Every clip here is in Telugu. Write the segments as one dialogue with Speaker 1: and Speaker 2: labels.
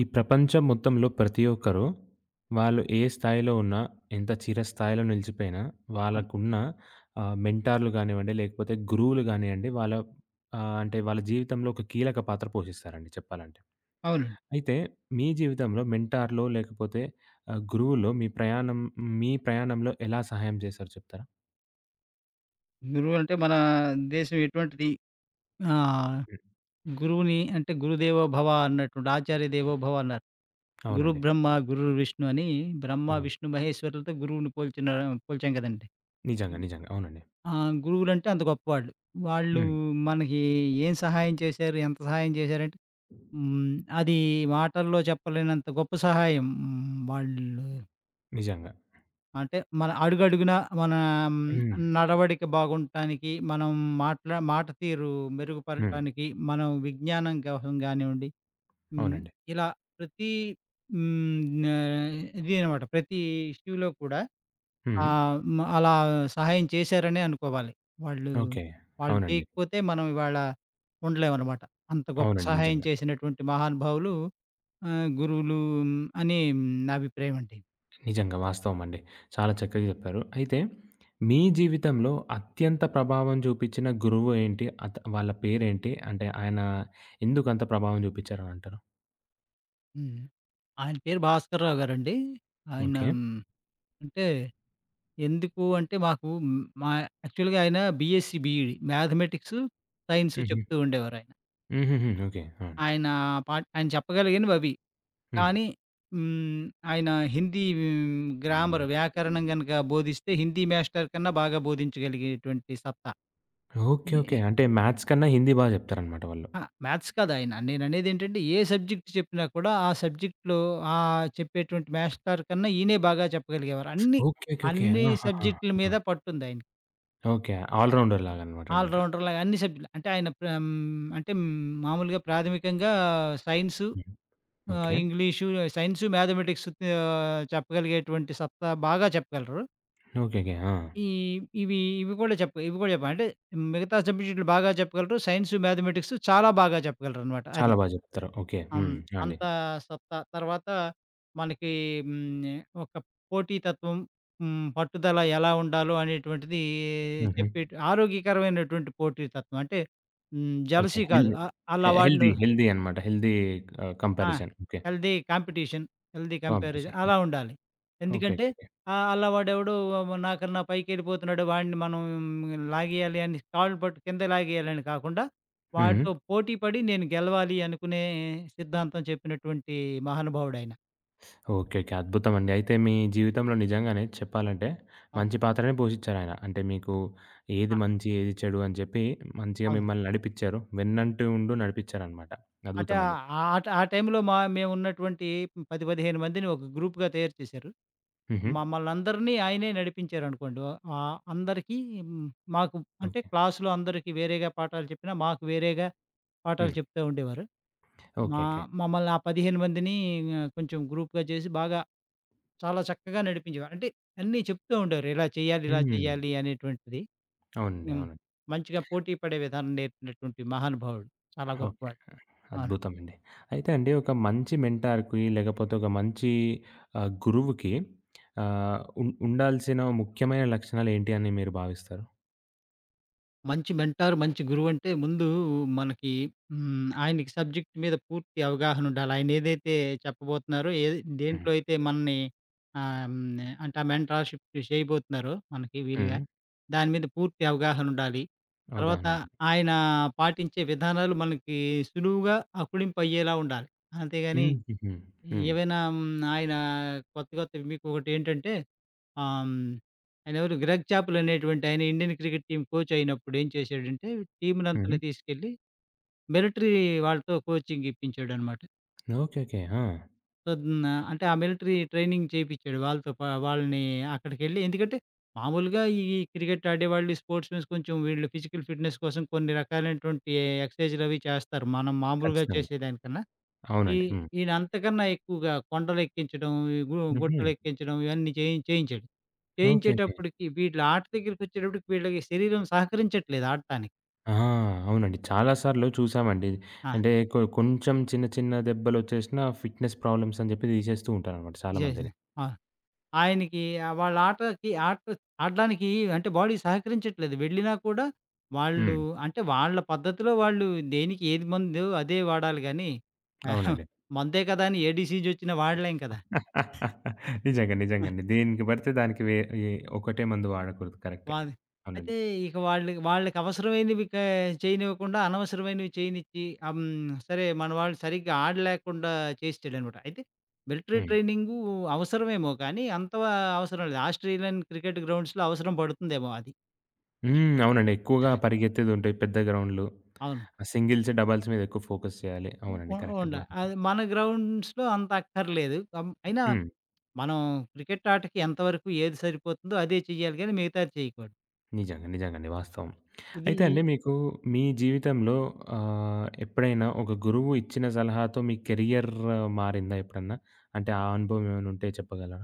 Speaker 1: ఈ ప్రపంచం మొత్తంలో ప్రతి ఒక్కరు వాళ్ళు ఏ స్థాయిలో ఉన్నా, ఎంత చిరస్థాయిలో నిలిచిపోయినా,
Speaker 2: అవును.
Speaker 1: వాళ్ళకున్న మెంటార్‌లు గానివ్వండి, లేకపోతే గురువులు గానియండి, వాళ్ళ అంటే వాళ్ళ జీవితంలో ఒక కీలక పాత్ర పోషిస్తారండి చెప్పాలంటే.
Speaker 2: అవునండి.
Speaker 1: అయితే మీ జీవితంలో మెంటార్‌లో లేకపోతే గురువులో మీ ప్రయాణం మీ ప్రయాణంలో ఎలా సహాయం చేశారో చెప్తారా?
Speaker 2: గురువు అంటే మన దేశం ఎటువంటిది ఆహ్,
Speaker 1: హ్మ్.
Speaker 2: గురువుని అంటే గురుదేవో భవ అన్నట్టుండి ఆచార్య దేవో భవ అన్నారు. గురు
Speaker 1: అవునండి.
Speaker 2: బ్రహ్మ, గురు విష్ణు అని బ్రహ్మ,
Speaker 1: అవును.
Speaker 2: విష్ణు, మహేశ్వరులతో గురువుని పోల్చాం కదండీ.
Speaker 1: నిజంగా. నిజంగా. అవునండి.
Speaker 2: ఆ! గురువులంటే అంత గొప్పవాళ్ళు. వాళ్ళు
Speaker 1: హ్మ్.
Speaker 2: మనకి ఏం సహాయం చేశారు? ఎంత సహాయం చేశారంటే హ్మ్. అది మాటల్లో చెప్పలేనంత గొప్ప సహాయం వాళ్ళు
Speaker 1: నిజంగా.
Speaker 2: అంటే మన అడుగడుగునా మన హ్మ్,
Speaker 1: హ్మ్.
Speaker 2: నడవడిక బాగుండటానికి, మనం మాట తీరు
Speaker 1: హ్మ్.
Speaker 2: మెరుగుపరచడానికి, మనం విజ్ఞానం కోసం గానివ్వండి, హ్మ్,
Speaker 1: అవునండి.
Speaker 2: ఇలా ప్రతి హ్మ్, ఆహ్, ఇది అనమాట. ప్రతి ఇష్యూలో కూడా
Speaker 1: హ్మ్.
Speaker 2: ఆహ్, మ అలా సహాయం చేశారనే అనుకోవాలి. వాళ్ళు,
Speaker 1: ఓకే.
Speaker 2: వాళ్ళు
Speaker 1: అవునండి.
Speaker 2: చేయకపోతే మనం ఇవాళ ఉండలేమనమాట. అంత గొప్ప
Speaker 1: అవునండి.
Speaker 2: సహాయం
Speaker 1: నిజంగా.
Speaker 2: చేసినటువంటి మహానుభావులు గురువులు మ్, అని నా అభిప్రాయం అండి.
Speaker 1: నిజంగా వాస్తవం అండి. చాలా చక్కగా చెప్పారు. అయితే మీ జీవితంలో అత్యంత ప్రభావం చూపించిన గురువు ఏంటి? వాళ్ళ పేరేంటి? అంటే ఆయన ఎందుకంత ప్రభావం చూపించారని అంటారు?
Speaker 2: హ్మ్. ఆయన పేరు 'భాస్కర్‌రావు' గారండి. ఆయన
Speaker 1: ఓకే.
Speaker 2: హ్మ్, అంటే ఎందుకు అంటే మాకు హ్మ్, మా యాక్చువల్‌గా ఆయన బీఎస్సీ, బీఈడీ మ్యాథమెటిక్స్, సైన్స్
Speaker 1: హుహు.
Speaker 2: చెప్తూ ఉండేవారాయన.
Speaker 1: హుహుహు. ఓకే. ఆ! అండి.
Speaker 2: ఆయన ఆయన చెప్పగలిగినవి అవి. కానీ హ్మ్, ఆయన హిందీ
Speaker 1: హ్మ్.
Speaker 2: గ్రామర్, వ్యాకరణం గనక బోధిస్తే హిందీ మాస్టర్ కన్నా బాగా బోధించగలిగేటువంటి సత్తా.
Speaker 1: ఓకే. ఓకే. అంటే మ్యాథ్స్ కన్నా హిందీ చెప్తారనమాట వాళ్ళు.
Speaker 2: ఆ! మ్యాథ్స్ కాదాయన. నేననేదేంటంటే, ఏ సబ్జెక్ట్ చెప్పినా కూడా ఆ సబ్జెక్ట్‌లో చెప్పేటువంటి మాస్టారు కన్నా ఈయనే బాగా చెప్పగలిగేవారు.
Speaker 1: ఓకే. ఓకే. ఓకే.
Speaker 2: అన్ని
Speaker 1: ఆహాహా!
Speaker 2: సబ్జెక్టుల
Speaker 1: ఆ!
Speaker 2: మీద పట్టుందాయనకి.
Speaker 1: ఓకే. ఆల్ రౌండర్ లాగనమాట అండి
Speaker 2: ఆల్
Speaker 1: ఇంకా.
Speaker 2: రౌండర్‌లాగా అన్ని సబ్జెక్టులు. అంటే మామూలుగా ప్రాథమికంగా సైన్సు,
Speaker 1: హ్మ్. ఓకే.
Speaker 2: ఇంగ్లీషు, సైన్సు, మ్యాథమెటిక్స్ చెప్పగలిగేటువంటి సత్తా బాగా చెప్పగలరు.
Speaker 1: ఓకే. ఓకే. ఆ!
Speaker 2: ఈ ఇవి ఇవి కూడా చెప్ప ఇవి కూడా చెప్ప అంటే మిగతా సబ్జెక్టులు బాగా చెప్పగలరు. సైన్సు, మ్యాథమెటిక్స్ చాలా బాగా చెప్పగలరనమాట అది.
Speaker 1: చాలా చెప్తారు. ఓకే.
Speaker 2: అం
Speaker 1: హ్మ్. ఆ! అండి.
Speaker 2: అంత సత్తా. తర్వాత మనకి హ్మ్. ఒక పోటీతత్వం, పట్టుదల ఎలా ఉండాలో అనేటువంటిది
Speaker 1: హుహు.
Speaker 2: ఆరోగ్యకరమైనటువంటి పోటీతత్వం. అంటే హ్మ్.
Speaker 1: ఓకే.
Speaker 2: జెలసీ కాదు.
Speaker 1: హెల్దీ.
Speaker 2: అ
Speaker 1: హె
Speaker 2: అలా వాడిన
Speaker 1: హెల్దీ. హెల్దీ అనమాట. హెల్దీ
Speaker 2: ఆ!
Speaker 1: Comparison. Okay.
Speaker 2: Healthy competition, healthy comparison
Speaker 1: competition.
Speaker 2: అలా ఉండాలి.
Speaker 1: ఓకే.
Speaker 2: ఎందుకంటే
Speaker 1: ఓకే. ఓకే.
Speaker 2: అలా వాడెవడో నాకన్నా పైకెళ్ళిపోతున్నాడు వాడిని మనం లాగేయాలి అని కాళ్ళు పట్టు కింద లాగేయాలని కాకుండా,
Speaker 1: హ్మ్.
Speaker 2: వాడితో పోటీ పడి నేను గెలవాలి అనుకునే సిద్ధాంతం చెప్పినటువంటి మహానుభావుడాయన.
Speaker 1: ఓకే. ఓకే. అద్భుతమండి. అయితే మీ జీవితంలో నిజంగానే చెప్పాలంటే
Speaker 2: అవును.
Speaker 1: మంచి పాత్రనే పోషించారాయన. అంటే మీకు ఏది
Speaker 2: అ!
Speaker 1: మంచి, ఏది చెడు అని చెప్పి మంచిగా
Speaker 2: అవును.
Speaker 1: మిమ్మల్ని నడిపిచ్చారు. వెన్నంటి ఉండు నడిపిచ్చారనమాట.
Speaker 2: అంటే
Speaker 1: అద్భుతమండి.
Speaker 2: ఆ ఆ టైంలో మేమున్నటువంటి 10, 15 మందిని ఒక గ్రూప్‌గా తయారు చేశారు.
Speaker 1: హుహు.
Speaker 2: మమ్మల్నందరినీ ఆయనే నడిపించారనుకోండి. అందరికీ హ్మ్, మాకు అంటే
Speaker 1: ఓకే.
Speaker 2: క్లాస్‌లో అందరికీ వేరేగా పాఠాలు చెప్పినా, మాకు వేరేగా పాఠాలు
Speaker 1: హ్మ్.
Speaker 2: చెప్తా ఉండేవారు.
Speaker 1: ఓకే.
Speaker 2: మా
Speaker 1: ఓకే.
Speaker 2: మమ్మల్ని ఆ 15 మందిని కొంచెం గ్రూప్‌గా చేసి చాలా చక్కగా నడిపించేవారు. అంటే అన్నీ చెప్తూ ఉండేవారు. ఇలా చేయాలి, ఇలా
Speaker 1: హ్మ్.
Speaker 2: చేయాలి అనేటువంటిది.
Speaker 1: అవునండి.
Speaker 2: హ్మ్.
Speaker 1: అవునండి.
Speaker 2: మంచిగా పోటీ పడే విధానం నేర్పినటువంటి మహానుభావుడు. చాలా
Speaker 1: ఓకే.
Speaker 2: గొప్పవాడు. అవును.
Speaker 1: అద్భుతమండి. అయితే అండి ఒక మంచి మెంటార్‌కి లేకపోతే ఒక మంచి గురువుకి ఆహ్, ఉం ఉండాల్సిన ముఖ్యమైన లక్షణాలు ఏంటి అని మీరు భావిస్తారు?
Speaker 2: మంచి మెంటార్, మంచి గురువంటే ముందు మనకి హ్మ్. ఆయనకి సబ్జెక్ట్ మీద పూర్తి అవగాహనుండాలి. ఆయనేదైతే చెప్పబోతున్నారో, ఏది
Speaker 1: హ్మ్.
Speaker 2: దేంట్లో అయితే మనని ఆహ్, హ్మ్. అంటే ఆ మెంటార్‌షిప్ చేయబోతున్నారో మనకి వీలుగా,
Speaker 1: హ్మ్.
Speaker 2: దాని మీద పూర్తి అవగాహనుండాలి.
Speaker 1: అవగాహన
Speaker 2: తర్వాత
Speaker 1: ఉంటుంది.
Speaker 2: ఆయన పాటించే విధానాలు మనకి సులువుగా అకులింపయ్యేలా ఉండాలి. అంతేగాని
Speaker 1: హుహుహు. హ్మ్.
Speaker 2: ఏవైనా హ్మ్, ఆయన కొత్త కొత్తవి మీకొకటేంటంటే ఆహ్, హ్మ్, ఆయనెవరు 'గ్రెగ్ చాపల్' అనేటువంటి ఆయన ఇండియన్ క్రికెట్ టీమ్ కోచ్ అయినప్పుడు ఏం చేశాడంటే
Speaker 1: హ్మ్.
Speaker 2: టీమ్‌నంతని తీసుకెళ్ళి మిలిటరీ వాళ్ళతో కోచింగ్ ఇప్పించాడనమాట.
Speaker 1: ఓకే. ఓకే. ఆ!
Speaker 2: సో, హ్మ్, అంటే ఆ మిలిటరీ ట్రైనింగ్ చేపిచ్చాడు. వాళ్ళతో పా వాళ్ళని అక్కడికెళ్ళి ఎందుకంటే మామూలుగా ఈ క్రికెట్ ఆడేవాళ్ళు, స్పోర్ట్స్ మెన్స్ కొంచెం వీళ్ళు ఫిజికల్ ఫిట్‌నెస్ కోసం కొన్ని రకాలైనటువంటి ఎక్సర్సైజ్‌లవి చేస్తారు. మనం మామూలుగా
Speaker 1: ఖచ్చితంగా.
Speaker 2: చేసేదానికన్నా. ఈ
Speaker 1: అవునండి. హ్మ్.
Speaker 2: ఈయన అంతకన్నా ఎక్కువగా కొండలెక్కించడం, ఈ గు
Speaker 1: హుహు.
Speaker 2: గుట్టలెక్కించడం ఇవన్నీ చేయించాడు.
Speaker 1: ఓకే. ఓకే.
Speaker 2: చేయించేటప్పటికి వీళ్ళ ఆట దగ్గరికొచ్చేటప్పటికి వీళ్ళకి శరీరం సహకరించట్లేదు ఆడటానికి.
Speaker 1: ఆ! అవునండి. చాలా సార్లు చూసామండి.
Speaker 2: ఆ!
Speaker 1: అంటే కొంచెం చిన్న చిన్న దెబ్బలొచ్చేసినా ఫిట్‌నెస్ ప్రాబ్లమ్స్ అని చెప్పి తీసేస్తూ ఉంటారనమాట
Speaker 2: చేసిన
Speaker 1: చాలామందిని.
Speaker 2: ఆ! ఆయనకి వాళ్ళ ఆటకి ఆడడానికి అంటే బాడీ సహకరించట్లేదు. వెళ్ళినా కూడా వాళ్ళు
Speaker 1: హ్మ్.
Speaker 2: అంటే వాళ్ళ పద్ధతిలో వాళ్ళు దేనికి ఏది మందో అదే వాడాలి గానీ,
Speaker 1: అవునండి.
Speaker 2: మందే కదా! అని ఏ డిసీజొచ్చినా వాడలేం కదా!
Speaker 1: నిజంగా. నిజంగండి. దేనికి పడితే దానికి ఈ ఒకటే మందు వాడకూడదు. కరెక్టే.
Speaker 2: వాల్
Speaker 1: అవునండి.
Speaker 2: అయితే ఇక వాళ్ళు వాళ్ళకవసరమైనవి క చేయనివ్వకుండా, అనవసరమైనవి చేయనిచ్చి, ఆహ్, హ్మ్. సరే మన వాళ్ళు సరిగ్గా ఆడలేకుండా చేసేసాడనమాట. అయితే మిలిటరీ
Speaker 1: హ్మ్.
Speaker 2: ట్రైనింగు అవసరమేమో కానీ, అంత అవసరం లేదు. ఆస్ట్రేలియన్ క్రికెట్ గ్రౌండ్స్‌లో అవసరం పడుతుందేమో అది.
Speaker 1: హ్మ్. అవునండి. ఎక్కువగా పరిగెత్తేదుంటాయి. పెద్ద గ్రౌండ్‌లు.
Speaker 2: అవును.
Speaker 1: ఆ సింగిల్స్, డబుల్స్ మీద ఎక్కువ ఫోకస్ చేయాలి. అవునండి.
Speaker 2: ఉ
Speaker 1: కరెక్టే.
Speaker 2: ఉండ అది మన గ్రౌండ్స్‌లో అంత అక్కర్లేదు. అయినా
Speaker 1: హ్మ్.
Speaker 2: మనం క్రికెట్ ఆటకి ఎంతవరకు ఏది సరిపోతుందో అదే చెయ్యాలి గానీ, మిగతాది చేయకూడదు.
Speaker 1: నిజంగా. నిజంగండి. వాస్తవం. అయితే
Speaker 2: ఇది
Speaker 1: అండి మీకు మీ జీవితంలో ఎప్పుడైనా ఒక గురువు ఇచ్చిన సలహాతో మీ కెరియర్ మారిందా ఎప్పుడన్నా? అంటే ఆ అనుభవం ఏమైనా ఉంటే చెప్పగలరా?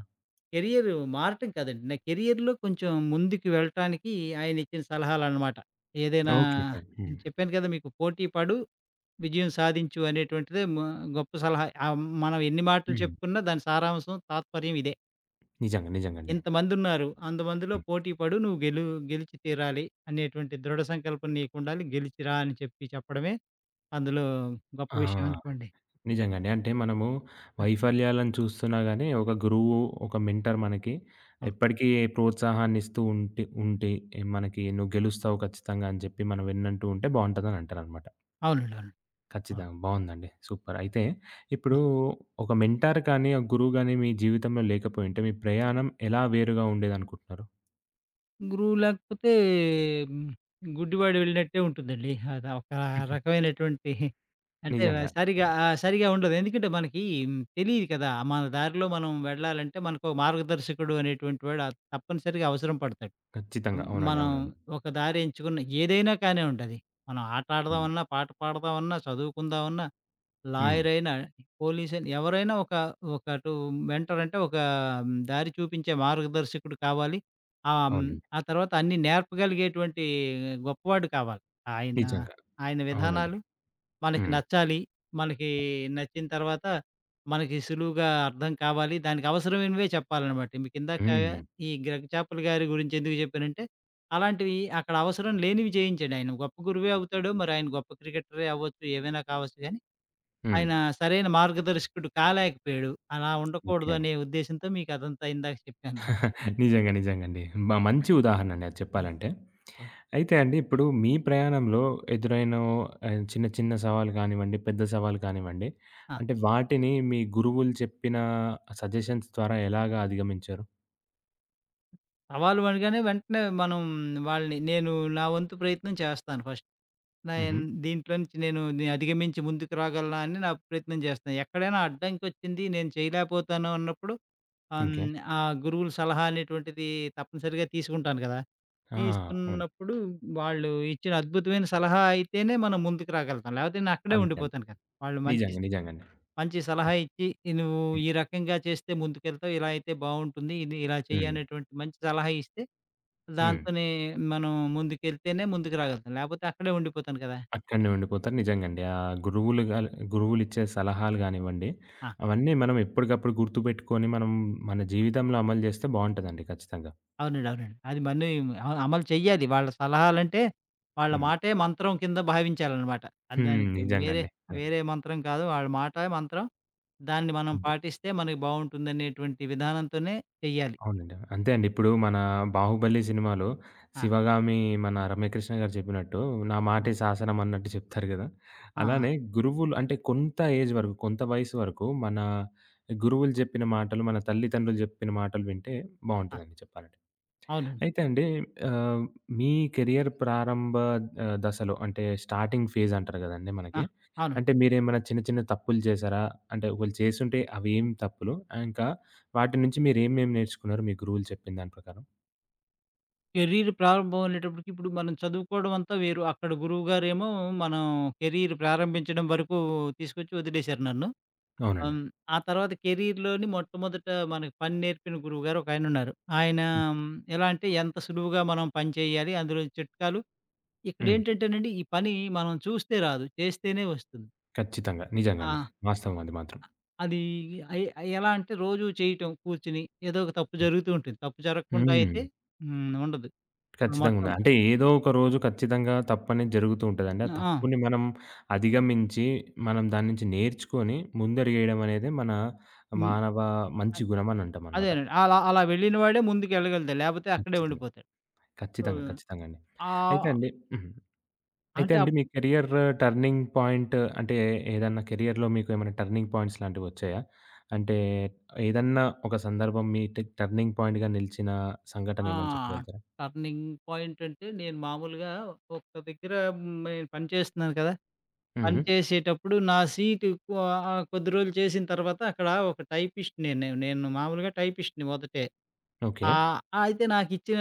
Speaker 2: కెరియరు మారటం కాదండి. నా కెరియర్‌లో కొంచెం ముందుకు వెళ్ళటానికి ఆయనిచ్చిన సలహాలనమాట. ఏదైనా
Speaker 1: ఓకే. హ్మ్.
Speaker 2: నేను చెప్పాను కదా! మీకు పోటీ పడు, విజయం సాధించు అనేటువంటిదే గొప్ప సలహా. మనం ఎన్ని మాటలు
Speaker 1: హ్మ్.
Speaker 2: చెప్పుకున్నా దాని సారాంశం, తాత్పర్యం ఇదే.
Speaker 1: నిజంగా. నిజంగండి.
Speaker 2: ఇంతమందున్నారు. అంతమందిలో
Speaker 1: హ్మ్.
Speaker 2: పోటీ పడు, నువ్వు గెలు గెలిచి తీరాలి అనేటువంటి దృఢ సంకల్పం నీకుండాలి. గెలిచిరా అని చెప్పి చెప్పడమే అందులో గొప్ప
Speaker 1: ఆ!
Speaker 2: విషయం అనుకోండి.
Speaker 1: నిజంగానే. అంటే మనము
Speaker 2: ఆ!
Speaker 1: వైఫల్యాలను చూస్తున్నా గానీ, ఒక గురువు, ఒక మెంటర్ మనకి
Speaker 2: అవును.
Speaker 1: ఎప్పటికీ ప్రోత్సాహాన్నిస్తూ ఉంటి ఉంటే ఉంటే మనకి "నువ్వు గెలుస్తావు ఖచ్చితంగా" అని చెప్పి మన వెన్నంటూ ఉంటే బావుంటదని అంటారనమాట.
Speaker 2: అవునండి. అవును. అవును.
Speaker 1: ఖచ్చితంగా. బావుందండి. సూపర్. అయితే ఇప్పుడు ఒక మెంటార్ కానీ, ఒక గురువు గానీ మీ జీవితంలో లేకపోయుంటే మీ ప్రయాణం ఎలా వేరుగా ఉండేదనుకుంటున్నారు?
Speaker 2: గురువు లేకపోతే హ్మ్. గుడ్డివాడు వెళ్ళినట్టే ఉంటుందండి. అది ఒక రకమైనటువంటి అంటే
Speaker 1: నిజంగా.
Speaker 2: సరిగా సరిగా ఉండదు. ఎందుకంటే మనకి తెలీదు కదా! మన దారిలో మనం వెళ్ళాలంటే మనకో మార్గదర్శకుడు అనేటువంటి వాడు తప్పనిసరిగా అవసరం పడతాడు.
Speaker 1: ఖచ్చితంగా. అవునండి.
Speaker 2: మనం
Speaker 1: అవునండి.
Speaker 2: ఒక దారి ఎంచుకున్న ఏదైనా కానివ్వండి అది. మనం ఆట
Speaker 1: హ్మ్.
Speaker 2: ఆడదామన్నా, పాట పాడదామన్నా, చదువుకుందామన్నా
Speaker 1: హ్మ్.
Speaker 2: లాయరైనా, పోలీసైనా ఎవరైనా ఒక ఒక అటు మెంటర్ అంటే దారి చూపించే మార్గదర్శకుడు కావాలి. ఆహ్, హ్మ్,
Speaker 1: అవునండి.
Speaker 2: ఆ తర్వాత అన్నీ నేర్పగలిగేటువంటి గొప్పవాడు కావాలి. ఆయన,
Speaker 1: నిజంగా.
Speaker 2: ఆయన
Speaker 1: అవునండి.
Speaker 2: విధానాలు మనకి
Speaker 1: హ్మ్.
Speaker 2: నచ్చాలి. మనకి నచ్చిన తర్వాత మనకి సులువుగా అర్థం కావాలి. దానికి అవసరమైనవే చెప్పాలనమాట. మీకిందాక
Speaker 1: హ్మ్.
Speaker 2: ఈ 'గ్రగ్ చాపల్' గారి గురించి ఎందుకు చెప్పానంటే, అలాంటివి అక్కడ అవసరం లేనివి చేయించాడాయన. గొప్ప గురువే అవుతాడు. మరి ఆయన గొప్ప క్రికెటరే అవ్వచ్చు. ఏమైనా కావచ్చు గాని
Speaker 1: హ్మ్.
Speaker 2: ఆయన సరైన మార్గదర్శకుడు కాలేకపోయాడు. అలా ఉండకూడదు
Speaker 1: ఓకే.
Speaker 2: అనే ఉద్దేశ్యంతో మీకదంతా ఇందాక చెప్పాను నేను.
Speaker 1: నిజంగా. నిజంగండి. మంచి ఉదాహరణ అండి అది చెప్పాలంటే.
Speaker 2: ఆ!
Speaker 1: అయితే అండి ఇప్పుడు మీ ప్రయాణంలో ఎదురైన చిన్న చిన్న సవాలు కానివ్వండి, పెద్ద సవాలు కానివ్వండి,
Speaker 2: ఆ!
Speaker 1: అంటే వాటిని మీ గురువులు చెప్పిన సజెషన్స్ ద్వారా ఎలాగా అధిగమించారు?
Speaker 2: సవాలు అనగానే వెంటనే మనం నేను నా వంతు ప్రయత్నం చేస్తాను ఫస్ట్.
Speaker 1: హుహు.
Speaker 2: నేన్ దీంట్లో నుంచి నేను అధిగమించి ముందుకు రాగలనా అని నా ప్రయత్నం చేస్తాను. ఎక్కడైనా అడ్డంకొచ్చింది నేను చేయలేకపోతాను అన్నప్పుడు
Speaker 1: ఓకే.
Speaker 2: ఆ గురువుల సలహా అనేటువంటిది తప్పనిసరిగా తీసుకుంటాను కదా!
Speaker 1: ఆ! అవును.
Speaker 2: తీసుకున్నప్పుడు వాళ్ళు ఇచ్చిన అద్భుతమైన సలహా అయితేనే మనం ముందుకు రాగలుగుతాం. లేకపోతే నేను అక్కడే
Speaker 1: అంతే అండి.
Speaker 2: ఉండిపోతాను కదా! వాళ్ళు మంచి
Speaker 1: నిజంగా. నిజంగండి.
Speaker 2: మంచి సలహా ఇచ్చి, "ఈ నువ్వు
Speaker 1: హ్మ్.
Speaker 2: ఈ రకంగా చేస్తే ముందుకెళ్తావు. ఇలా అయితే బావుంటుంది. ఇది ఇలా చెయ్యి"
Speaker 1: హ్మ్.
Speaker 2: అనేటువంటి మంచి సలహా ఇస్తే,
Speaker 1: హ్మ్.
Speaker 2: దాంతోనే మనం ముందుకెళ్తేనే ముందుకు రాగలుగుతాం. లేపోతే అక్కడే ఉండిపోతాను కదా!
Speaker 1: అక్కడనే ఉండిపోతారు. నిజంగండి. ఆ గురువులు గురువులిచ్చే సలహాలు గానివ్వండి,
Speaker 2: ఆ!
Speaker 1: అవన్నీ మనం ఎప్పటికప్పుడు గుర్తుపెట్టుకొని మనం మన జీవితంలో అమలు చేస్తే బావుంటదండి ఖచ్చితంగా.
Speaker 2: అవునండి. అవునండి. అది మళ్ళీ అమలు చెయ్యాలి. వాళ్ళ సలహాలంటే, వాళ్ళ
Speaker 1: హ్మ్.
Speaker 2: మాటే మంత్రం కింద భావించాలనమాట. అది
Speaker 1: హ్మ్.
Speaker 2: దానికి వేరే,
Speaker 1: నిజంగండి. అదే.
Speaker 2: వేరే మంత్రం కాదు. వాళ్ళ మాటే మంత్రం. దాన్ని మనం
Speaker 1: అంతే.
Speaker 2: పాటిస్తే మనకి బావుంటుందనేటువంటి విధానంతోనే చెయ్యాలి.
Speaker 1: అవునండి. అంతే అండి. ఇప్పుడు మన 'బాహుబలి' సినిమాలో
Speaker 2: ఆ!
Speaker 1: శివగామి మన రమ్యకృష్ణ గారు చెప్పినట్టు "నా
Speaker 2: ఆ!
Speaker 1: మాటే శాసనం" అన్నట్టు చెప్తారు గదా!
Speaker 2: ఆ!
Speaker 1: అలానే గురువులు అంటే కొంత ఏజ్ వరకు, కొంత వయసు వరకు మన గురువులు జెప్పిన మాటలు, మన తల్లిదండ్రులు జెప్పిన మాటలు వింటే
Speaker 2: ఆ!
Speaker 1: బావుంటదండి చెప్పాలంటే.
Speaker 2: అవునండి.
Speaker 1: అయితే అండి ఆహ్, మీ కెరియర్ ప్రారంభ దశలో అంటే స్టార్టింగ్ ఫేజ్ అంటారు గదండీ
Speaker 2: ఆ!
Speaker 1: మనకి.
Speaker 2: అవును.
Speaker 1: అంటే మీరేమైనా చిన్న చిన్న తప్పులు చేశారా? అంటే ఒకవేళ చేసుంటే అవేం తప్పులు? ఇంకా వాటి నుంచి మీరేమేం నేర్చుకున్నారు మీ గురువులు చెప్పిన దాని ప్రకారం?
Speaker 2: కెరీర్ ప్రారంభం అనేటప్పటికి ఇప్పుడు మనం చదువుకోవడం అంతా వేరు. అక్కడ గురువుగారేమో మనం కెరీర్ ప్రారంభించడం వరకు తీసుకొచ్చి వదిలేశారు నన్ను.
Speaker 1: అవునండి.
Speaker 2: హ్మ్. ఆ తర్వాత కెరీర్‌లోని మొట్టమొదట మనకు పని నేర్పిన గురువుగారు ఒకాయనున్నారు. ఆయన ఉన్నారు. ఎలా అంటే ఎంత సులువుగా మనం పని చేయాలి, అందులో చిట్కాలు
Speaker 1: హ్మ్.
Speaker 2: ఇక్కడేంటంటేనండి ఈ పని మనం చూస్తే రాదు, చేస్తేనే వస్తుంది.
Speaker 1: ఖచ్చితంగా. నిజంగా
Speaker 2: ఆ!
Speaker 1: అండి. వాస్తవం అది మాత్రం.
Speaker 2: అది ఎ ఎలా అంటే రోజు చేయటం కూర్చొని ఏదో ఒక తప్పు జరుగుతూ ఉంటుంది. తప్పు జరగకుండా అయితే
Speaker 1: హ్మ్.
Speaker 2: ఉండదు.
Speaker 1: ఖచ్చితంగా
Speaker 2: మొత్తం
Speaker 1: ఉన్నాయి. అంటే ఏదో ఒక రోజు ఖచ్చితంగా తప్పనేది జరుగుతూ ఉంటదండి. ఆ
Speaker 2: ఆ!
Speaker 1: తప్పుని మనం అధిగమించి, మనం దాని నుంచి నేర్చుకొని ముందడుగేయడం అనేది మన
Speaker 2: హ్మ్.
Speaker 1: మానవ మంచి
Speaker 2: అయ్
Speaker 1: గుణం అని అంటామనమాట.
Speaker 2: అదేనండి. అలా అలా వెళ్ళిన వాడే ముందుకెళ్ళగలుగుతాడు. లేపోతే అక్కడే
Speaker 1: ఖచ్చితంగా.
Speaker 2: ఉండిపోతాడు. సో,
Speaker 1: ఖచ్చితంగా. ఖచ్చితంగా అండి.
Speaker 2: ఆహ్,
Speaker 1: అయితే అండి హ్మ్. అయితే
Speaker 2: అంటే
Speaker 1: అండి
Speaker 2: అప్
Speaker 1: మీ కెరియర్ టర్నింగ్ పాయింట్ అంటే ఏదన్నా కెరియర్‌లో మీకు ఏమైనా టర్నింగ్ పాయింట్స్ లాంటివొచ్చాయా? అంటే ఏదన్నా ఒక సందర్భం మీ టర్నింగ్ పాయింట్‌గా నిలిచిన సంఘటన
Speaker 2: ఆ!
Speaker 1: ఏమన్నా చెప్పగలుగుతారా?
Speaker 2: టర్నింగ్ పాయింట్ అంటే నేను మామూలుగా ఒక్క దగ్గర మ్, నేను పని చేస్తున్నాను కదా!
Speaker 1: హ్మ్.
Speaker 2: పని
Speaker 1: హ్మ్.
Speaker 2: చేసేటప్పుడు నా సీటు కొ ఆహ్, కొద్ది రోజులు చేసిన తర్వాత అక్కడ ఒక టైపిస్ట్ నేను. నేను మామూలుగా టైపిస్ట్‌ని మొదటే.
Speaker 1: ఓకే.
Speaker 2: అయితే నాకిచ్చిన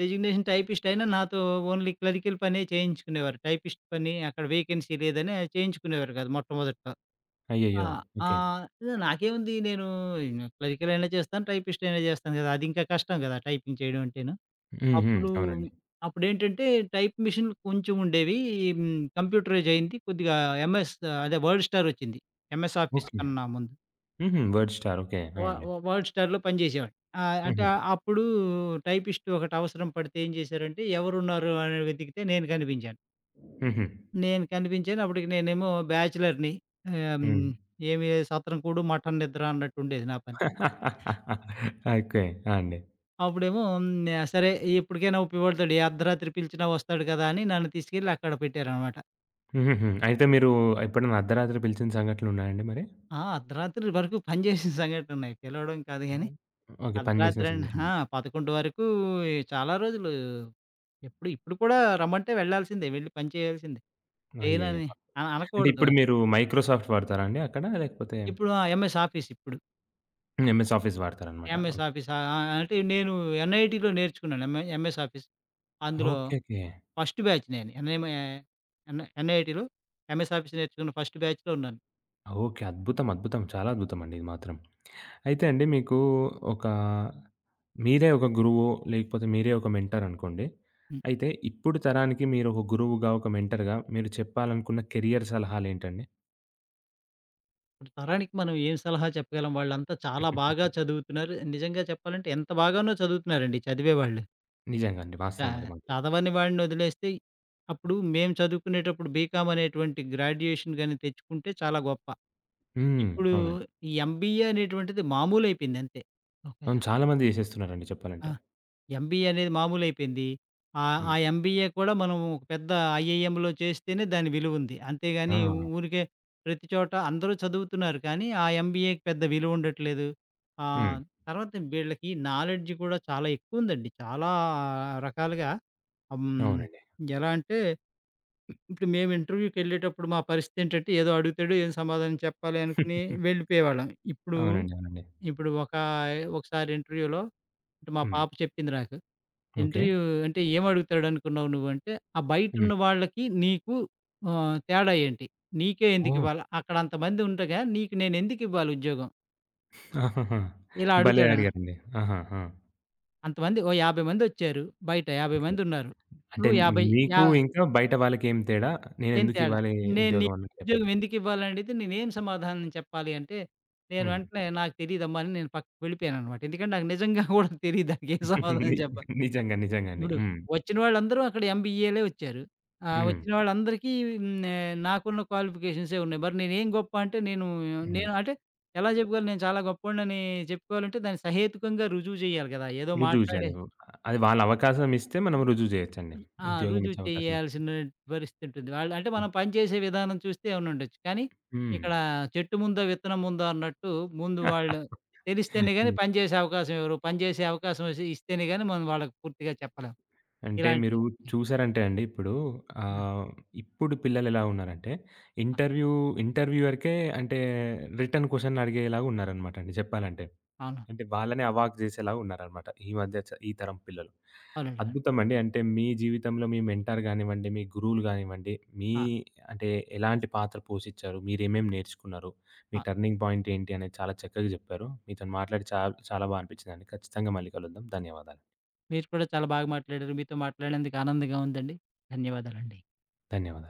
Speaker 2: డెసిగ్నేషన్ టైపిస్ట్ అయినా నాతో ఓన్లీ క్లరికల్ పనే చేయించుకునేవారు. టైపిస్ట్ పని అక్కడ వేకెన్సీ లేదని చేయించుకునేవారు కాదు మొట్టమొదట్లో. ఆ!
Speaker 1: అయ్యయ్యో! ఓకే.
Speaker 2: ఆహ్, హ్మ్. నాకేముంది నేను క్లరికల్ అయినా చేస్తాను, టైపిస్ట్ అయినా చేస్తాను కదా! అది ఇంకా కష్టం కదా! టైపింగ్ చేయడం అంటేను.
Speaker 1: హ్మ్. హ్మ్.
Speaker 2: అప్పుడు
Speaker 1: అవునండి.
Speaker 2: అప్పుడేంటంటే టైప్ మిషన్‌లు కొంచెం ఉండేవి. కంప్యూటరైజ్ అయింది. కొద్దిగా ఎంఎస్ అదే వర్డ్ స్టార్ వచ్చింది. MS Office
Speaker 1: okay.
Speaker 2: కన్నా ముందు.
Speaker 1: హుహు. 'WordStar' okay.
Speaker 2: వ
Speaker 1: ఆ! అండి.
Speaker 2: వ వర్డ్ స్టార్‌లో పనిచేసేవాడిని. ఆహ్, అంటే
Speaker 1: హుహు.
Speaker 2: అప్పుడు టైపిస్ట్ ఒకటి అవసరం పడితే ఏం చేశారంటే ఎవరున్నారు అని వెతికితే
Speaker 1: హుహు.
Speaker 2: నేను కనిపించాను. అప్పటికి నేనేమో బ్యాచిలర్‌ని. ఆహ్,
Speaker 1: హ్మ్.
Speaker 2: హ్మ్. ఏమి సత్రం కూడు మఠం నిద్ర అన్నట్టుండేది నా పని.
Speaker 1: ఓకే. ఆ! అండి.
Speaker 2: అప్పుడేమో సరే ఎప్పటికైనా ఉపయోగపడతాడు. ఏ అర్ధరాత్రి పిలిచినా వస్తాడు కదా! అని నన్ను తీసుకెళ్ళి అక్కడ పెట్టారనమాట.
Speaker 1: హుహుహు. అయితే మీరు ఎప్పుడైనా అర్ధరాత్రి పిలిచిన సంఘటనలున్నాయండి మరి?
Speaker 2: అర్ధరాత్రి వరకు పనిచేసిన సంఘటనలున్నాయి. పిలవడం కాదు
Speaker 1: ఆ.
Speaker 2: గానీ,
Speaker 1: ఓకే. పని చేసిన
Speaker 2: అర్ధరాత్రి అన్ ఆ!
Speaker 1: సంఘటనలు.
Speaker 2: 11 వరకు చాలా రోజులు ఎప్పుడు ఇప్పుడు కూడా రమ్మంటే వెళ్ళాల్సిందే. వెళ్లి పని చేయాల్సిందే.
Speaker 1: అయ్యయ్యో!
Speaker 2: చేయనని అ
Speaker 1: అంటే
Speaker 2: అనకూడదు.
Speaker 1: ఇప్పుడు మీరు 'మైక్రోసాఫ్ట్' వాడతారా అండి అక్కడ? లేకపోతే
Speaker 2: ఇప్పుడు ఆ! ఎంఎస్ ఆఫీస్ ఇప్పుడు.
Speaker 1: ఎంఎస్ ఆఫీస్ వాడతారనమాట.
Speaker 2: MS
Speaker 1: okay.
Speaker 2: ఆఫీసా? ఆ! ఆ- అంటే నేను ఎన్ఐటీలో నేర్చుకున్నాను. MS Office. అందులో
Speaker 1: ఓకే. ఓకే.
Speaker 2: ఫస్ట్ బ్యాచ్ నేను. ఎన్ఎం ఎన్ ఎన్ఐటీలో ఎంఎస్ ఆఫీస్ నేర్చుకున్న ఫస్ట్ బ్యాచ్‌లో ఉన్నాను.
Speaker 1: ఓకే. అద్భుతం. అద్భుతం. చాలా అద్భుతం అండి ఇది మాత్రం. అయితే అండి మీకు ఒక మీరే ఒక గురువు, లేకపోతే మీరే ఒక మెంటర్ అనుకోండి.
Speaker 2: హ్మ్.
Speaker 1: అయితే ఇప్పుడు తరానికి మీరు ఒక గురువుగా, ఒక మెంటర్‌గా మీరు చెప్పాలనుకున్న కెరియర్ సలహాలేంటండి?
Speaker 2: ఇప్పుడు తరానికి మనం ఏం సలహా చెప్పగలం? వాళ్ళంతా చాలా బాగా చదువుతున్నారు. నిజంగా చెప్పాలంటే ఎంత బాగానో చదువుతున్నారండి చదివేవాళ్ళు.
Speaker 1: నిజంగా అండి.
Speaker 2: చ
Speaker 1: వాస్తవం అది మాత్రం.
Speaker 2: చదవని వాడిని వదిలేస్తే అప్పుడు మేము చదువుకునేటప్పుడు బీకామ్ అనేటువంటి గ్రాడ్యుయేషన్ గాని తెచ్చుకుంటే చాలా గొప్ప.
Speaker 1: హ్మ్.
Speaker 2: ఇప్పుడు
Speaker 1: అవునండి.
Speaker 2: ఈ ఎంబీఏ అనేటువంటిది మామూలయిపోయింది అంతే. ఓకే.
Speaker 1: అవును. చాలా మంది చేసేస్తున్నారండి
Speaker 2: ఆ!
Speaker 1: చెప్పాలంటే.
Speaker 2: ఎంబీఏ అనేది మామూలయిపోయింది. ఆ
Speaker 1: హ్మ్.
Speaker 2: ఎంబీఏ కూడా మనం ఒక పెద్ద ఐఐఎంలో చేస్తేనే దాని విలువుంది.
Speaker 1: ఆ!
Speaker 2: అంతేగాని ఊరికే ప్రతి చోట అందరూ చదువుతున్నారు కానీ, ఆ ఎంబీఏకి పెద్ద విలువుండట్లేదు.
Speaker 1: హ్మ్.
Speaker 2: ఆహ్, తర్వాత వీళ్ళకి నాలెడ్జ్ కూడా చాలా ఎక్కువుందండి. చాలా రకాలుగా హ్మ్.
Speaker 1: అవునండి.
Speaker 2: ఎలా అంటే ఇప్పుడు మేము ఇంటర్వ్యూకెళ్ళేటప్పుడు మా పరిస్థితేంటంటే ఏదో అడుగుతాడు, ఏం సమాధానం చెప్పాలి అనుకుని వెళ్ళిపోయేవాళ్ళం. ఇప్పుడు
Speaker 1: అవునండి. అవునండి.
Speaker 2: ఇప్పుడు ఒక ఒకసారి ఇంటర్వ్యూలో మా
Speaker 1: హ్మ్.
Speaker 2: పాప చెప్పింది నాకు.
Speaker 1: ఓకే.
Speaker 2: ఇంటర్వ్యూ అంటే ఏమడుగుతాడనుకున్నావు నువ్వంటే, ఆ
Speaker 1: హ్మ్.
Speaker 2: బయటున్న వాళ్ళకి నీకు తేడా ఏంటి? నీకే
Speaker 1: ఓహ్!
Speaker 2: ఎందుకివ్వాల? అక్కడ అంతమంది ఉండగా నీకు నేనెందుకివ్వాలి ఉద్యోగం?
Speaker 1: ఆహాహా!
Speaker 2: ఇలా
Speaker 1: భలే
Speaker 2: అడుగుతాడనా?
Speaker 1: అడిగారండి. ఆహా! ఆ!
Speaker 2: అంతమంది ఓ 50 మందొచ్చారు. బయట 50
Speaker 1: ఓకే.
Speaker 2: మందున్నారు.
Speaker 1: అంటే
Speaker 2: నువ్వు 50
Speaker 1: మీకు
Speaker 2: యా
Speaker 1: ఇంకా బయట వాళ్ళకేం తేడా?
Speaker 2: ఏం తేడా?
Speaker 1: నేనెందుకివ్వాలి
Speaker 2: నేను
Speaker 1: ఉద్యోగం
Speaker 2: నీకు
Speaker 1: అన్నట్టు చెప్పారు.
Speaker 2: ఉద్యోగం ఎందుకివ్వాలనడిగితే నేనేం సమాధానం చెప్పాలి అంటే, నేను
Speaker 1: హ్మ్.
Speaker 2: వెంటనే నాకు తెలీదమ్మా అని నేను పక్కకి వెళ్ళిపోయాననమాట. ఎందుకంటే నాకు నిజంగా కూడా తెలీదు దానికేం
Speaker 1: ని
Speaker 2: సమాధానం చెప్పాలో.
Speaker 1: నిజంగా. నిజంగండి.
Speaker 2: ఇప్పుడు
Speaker 1: హ్మ్.
Speaker 2: వచ్చిన వాళ్ళందరూ అక్కడ ఎంబీఏలే వచ్చారు.
Speaker 1: హ్మ్.
Speaker 2: వచ్చిన వాళ్ళందరికీ నాకున్న క్వాలిఫికేషన్సే ఉన్నాయి. మరి నేనేం గొప్ప అంటే నేను
Speaker 1: హ్మ్.
Speaker 2: నేను అంటే ఎలా చెప్పుకోవాలి? నేను చాలా గొప్పోడినని చెప్పుకోవాలంటే దాన్ని సహేతుకంగా రుజువు చేయాలి కదా! ఏదో
Speaker 1: రుజువు
Speaker 2: మాట్లాడే
Speaker 1: చేయాలి. అది వాళ్ళ అవకాశం ఇస్తే మనం రుజువు చేయొచ్చండి.
Speaker 2: ఆ!
Speaker 1: ఉద్యోగం
Speaker 2: రుజువు
Speaker 1: ఇచ్చే అవకాశం ఇస్తే.
Speaker 2: చేయాల్సిన పరిస్థితి ఉంటుంది. వాళ్ళు అంటే
Speaker 1: హ్మ్.
Speaker 2: మనం పనిచేసే విధానం చూస్తే అవునుండొచ్చు. కానీ ఇక్కడ చెట్టు ముందో, విత్తనం ముందో అన్నట్టు ముందు వాళ్ళు తెలిస్తేనే గాని
Speaker 1: హ్మ్.
Speaker 2: పని చేసే అవకాశం ఇవ్వరు. పని చేసే అవకాశం ఇస్తేనే గాని మనం వాళ్ళకి పూర్తిగా చెప్పలేం.
Speaker 1: అంటే
Speaker 2: ఇలాంటి
Speaker 1: మీరు చూసారంటే అండి ఇప్పుడు
Speaker 2: ఆ!
Speaker 1: ఆహ్, ఇప్పుడు పిల్లలెలా ఉన్నారంటే
Speaker 2: ఆ!
Speaker 1: ఇంటర్వ్యూ ఇంటర్వ్యూయర్‌కే అంటే రిటర్న్ క్వెషన్ అడిగేలాగా ఉన్నారనమాట అండి చెప్పాలంటే.
Speaker 2: అవును.
Speaker 1: అంటే వాళ్ళనే అవాక్ జేసేలాగా ఉన్నారనమాట. ఈ మధ్య ఈ తరం పిల్లలు.
Speaker 2: అవునండి. అవును.
Speaker 1: అద్భుతమండి. అంటే మీ జీవితంలో మీ మెంటార్ గానివ్వండి, మీ గురువులు గానివ్వండి, మీ
Speaker 2: ఆ!
Speaker 1: అంటే ఎలాంటి పాత్ర పోషించారు? మీరేమేమి నేర్చుకున్నారు?
Speaker 2: ఆ!
Speaker 1: మీ టర్నింగ్ పాయింట్ ఏంటి అనేది చాలా చక్కగా జెప్పారు. మీతోని మాట్లాడి చాలా బా అనిపించిందండి. ఖచ్చితంగా మళ్ళీ కలుద్దాం. ధన్యవాదాలు.
Speaker 2: మీరు కూడా చాలా బాగా మాట్లాడారు. మీతో మాట్లాడినందుకు ఆనందంగా ఉందండి. ధన్యవాదాలండి.
Speaker 1: ధన్యవాదాలు.